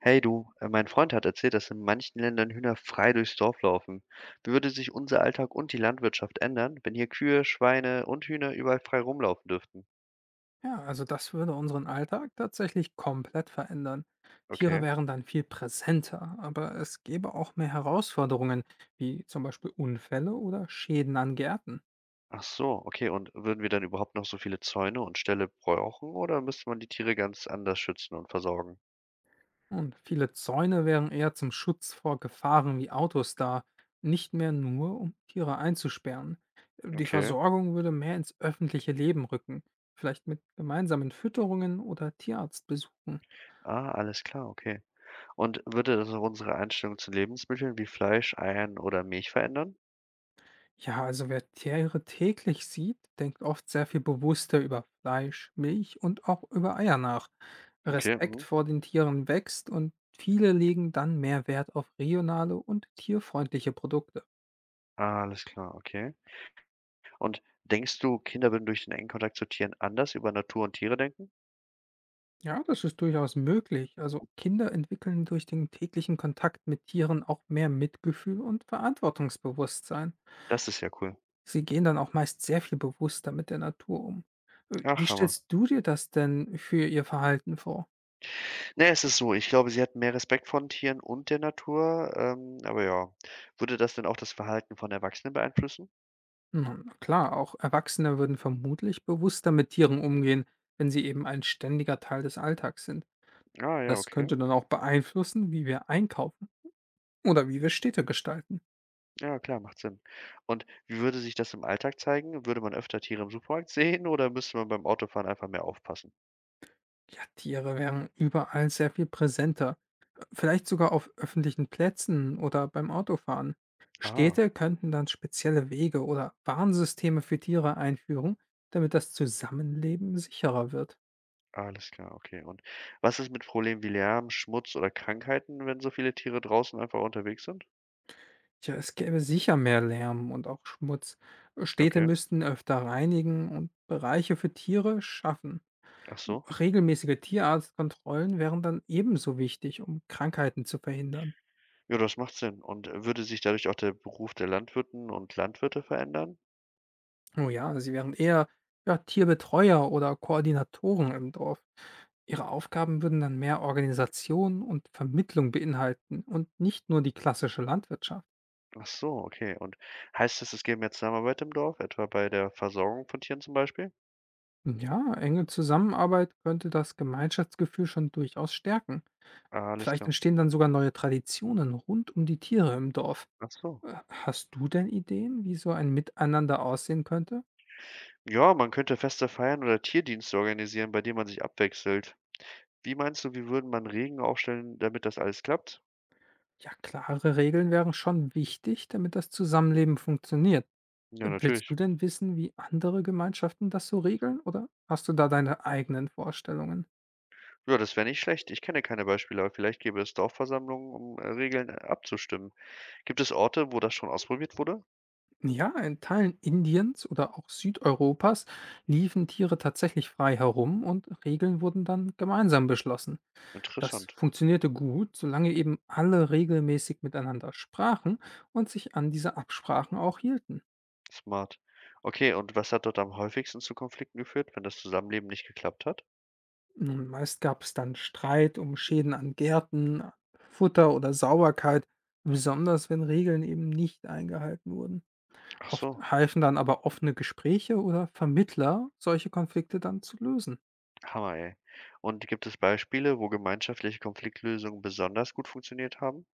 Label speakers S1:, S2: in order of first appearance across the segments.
S1: Hey du, mein Freund hat erzählt, dass in manchen Ländern Hühner frei durchs Dorf laufen. Wie würde sich unser Alltag und die Landwirtschaft ändern, wenn hier Kühe, Schweine und Hühner überall frei rumlaufen dürften?
S2: Ja, also das würde unseren Alltag tatsächlich komplett verändern. Tiere
S1: Okay.
S2: wären dann viel präsenter, aber es gäbe auch mehr Herausforderungen, wie zum Beispiel Unfälle oder Schäden an Gärten.
S1: Ach so, okay. Und würden wir dann überhaupt noch so viele Zäune und Ställe brauchen oder müsste man die Tiere ganz anders schützen und versorgen?
S2: Und viele Zäune wären eher zum Schutz vor Gefahren wie Autos da, nicht mehr nur, um Tiere einzusperren. Die
S1: Okay.
S2: Versorgung würde mehr ins öffentliche Leben rücken, vielleicht mit gemeinsamen Fütterungen oder Tierarztbesuchen.
S1: Ah, alles klar, okay. Und würde das auch unsere Einstellung zu Lebensmitteln wie Fleisch, Eiern oder Milch verändern?
S2: Ja, also wer Tiere täglich sieht, denkt oft sehr viel bewusster über Fleisch, Milch und auch über Eier nach.
S1: Okay.
S2: Respekt
S1: Mhm.
S2: vor den Tieren wächst und viele legen dann mehr Wert auf regionale und tierfreundliche Produkte.
S1: Ah, alles klar, okay. Und denkst du, Kinder würden durch den engen Kontakt zu Tieren anders über Natur und Tiere denken?
S2: Ja, das ist durchaus möglich. Also Kinder entwickeln durch den täglichen Kontakt mit Tieren auch mehr Mitgefühl und Verantwortungsbewusstsein.
S1: Das ist ja cool.
S2: Sie gehen dann auch meist sehr viel bewusster mit der Natur um. Wie
S1: Ach, Hammer.
S2: stellst du dir das denn für ihr Verhalten vor?
S1: Ne, es ist so, ich glaube, sie hatten mehr Respekt vor den Tieren und der Natur, aber ja. Würde das denn auch das Verhalten von Erwachsenen beeinflussen?
S2: Nun, klar, auch Erwachsene würden vermutlich bewusster mit Tieren umgehen, wenn sie eben ein ständiger Teil des Alltags sind.
S1: Ah, ja,
S2: Das
S1: okay.
S2: könnte dann auch beeinflussen, wie wir einkaufen oder wie wir Städte gestalten.
S1: Ja, klar, macht Sinn. Und wie würde sich das im Alltag zeigen? Würde man öfter Tiere im Supermarkt sehen oder müsste man beim Autofahren einfach mehr aufpassen?
S2: Ja, Tiere wären überall sehr viel präsenter. Vielleicht sogar auf öffentlichen Plätzen oder beim Autofahren.
S1: Ah,
S2: Städte könnten dann spezielle Wege oder Warnsysteme für Tiere einführen, damit das Zusammenleben sicherer wird.
S1: alles klar, okay. Und was ist mit Problemen wie Lärm, Schmutz oder Krankheiten, wenn so viele Tiere draußen einfach unterwegs sind?
S2: Tja, es gäbe sicher mehr Lärm und auch Schmutz. Städte
S1: Okay,
S2: müssten öfter reinigen und Bereiche für Tiere schaffen.
S1: ach so.
S2: Regelmäßige Tierarztkontrollen wären dann ebenso wichtig, um Krankheiten zu verhindern.
S1: Ja, das macht Sinn. Und, würde sich dadurch auch der Beruf der Landwirten und Landwirte verändern?
S2: Oh ja, sie wären eher, ja, Tierbetreuer oder Koordinatoren im Dorf. Ihre Aufgaben würden dann mehr Organisation und Vermittlung beinhalten und nicht nur die klassische Landwirtschaft.
S1: Ach so, okay. Und heißt das, es gäbe mehr Zusammenarbeit im Dorf, etwa bei der Versorgung von Tieren zum Beispiel?
S2: Ja, enge Zusammenarbeit könnte das Gemeinschaftsgefühl schon durchaus stärken.
S1: Ah, alles
S2: Vielleicht
S1: klar.
S2: entstehen dann sogar neue Traditionen rund um die Tiere im Dorf.
S1: Ach so.
S2: Hast du denn Ideen, wie so ein Miteinander aussehen könnte?
S1: Ja, man könnte Feste feiern oder Tierdienste organisieren, bei denen man sich abwechselt. Wie meinst du, wie würden man Regeln aufstellen, damit das alles klappt?
S2: Ja, klare Regeln wären schon wichtig, damit das Zusammenleben funktioniert.
S1: Ja,
S2: Willst du
S1: natürlich.
S2: denn wissen, wie andere Gemeinschaften das so regeln, oder hast du da deine eigenen Vorstellungen?
S1: Ja, das wäre nicht schlecht. Ich kenne keine Beispiele, aber vielleicht gäbe es Dorfversammlungen, um, Regeln abzustimmen. Gibt es Orte, wo das schon ausprobiert wurde?
S2: Ja, in Teilen Indiens oder auch Südeuropas liefen Tiere tatsächlich frei herum und Regeln wurden dann gemeinsam beschlossen. Das
S1: Interessant.
S2: funktionierte gut, solange eben alle regelmäßig miteinander sprachen und sich an diese Absprachen auch hielten.
S1: Smart. Okay, und was hat dort am häufigsten zu Konflikten geführt, wenn das Zusammenleben nicht geklappt hat?
S2: Nun, meist gab es dann Streit um Schäden an Gärten, an Futter oder Sauberkeit, besonders wenn Regeln eben nicht eingehalten wurden.
S1: Ach
S2: Oft
S1: so,
S2: halfen dann aber offene Gespräche oder Vermittler, solche Konflikte dann zu lösen.
S1: Hammer, ey. Und gibt es Beispiele, wo gemeinschaftliche Konfliktlösungen besonders gut funktioniert haben?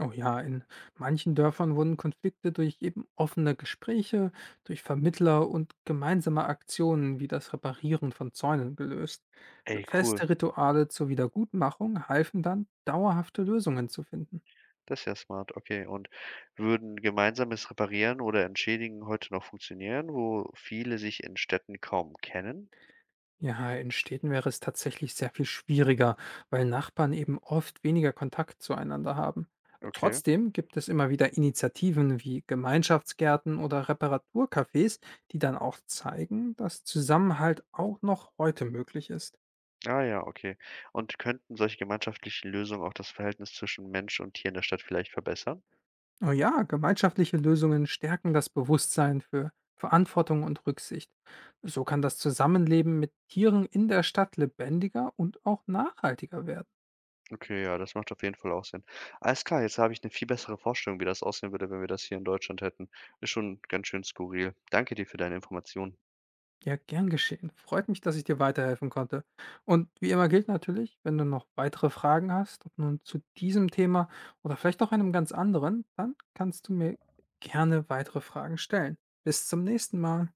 S2: Oh ja, in manchen Dörfern wurden Konflikte durch eben offene Gespräche, durch Vermittler und gemeinsame Aktionen wie das Reparieren von Zäunen gelöst.
S1: Ey, cool.
S2: Feste Rituale zur Wiedergutmachung halfen dann, dauerhafte Lösungen zu finden.
S1: Das ist ja smart. Okay, und würden gemeinsames Reparieren oder Entschädigen heute noch funktionieren, wo viele sich in Städten kaum kennen?
S2: Ja, in Städten wäre es tatsächlich sehr viel schwieriger, weil Nachbarn eben oft weniger Kontakt zueinander haben.
S1: Okay.
S2: Trotzdem gibt es immer wieder Initiativen wie Gemeinschaftsgärten oder Reparaturcafés, die dann auch zeigen, dass Zusammenhalt auch noch heute möglich ist.
S1: Ah ja, okay. Und könnten solche gemeinschaftlichen Lösungen auch das Verhältnis zwischen Mensch und Tier in der Stadt vielleicht verbessern?
S2: Oh ja, gemeinschaftliche Lösungen stärken das Bewusstsein für Verantwortung und Rücksicht. So kann das Zusammenleben mit Tieren in der Stadt lebendiger und auch nachhaltiger werden.
S1: Okay, ja, das macht auf jeden Fall auch Sinn. Alles klar, jetzt habe ich eine viel bessere Vorstellung, wie das aussehen würde, wenn wir das hier in Deutschland hätten. Ist schon ganz schön skurril. Danke dir für deine Informationen.
S2: Ja, gern geschehen. Freut mich, dass ich dir weiterhelfen konnte. Und wie immer gilt natürlich, wenn du noch weitere Fragen hast, ob nun zu diesem Thema oder vielleicht auch einem ganz anderen, dann kannst du mir gerne weitere Fragen stellen. Bis zum nächsten Mal.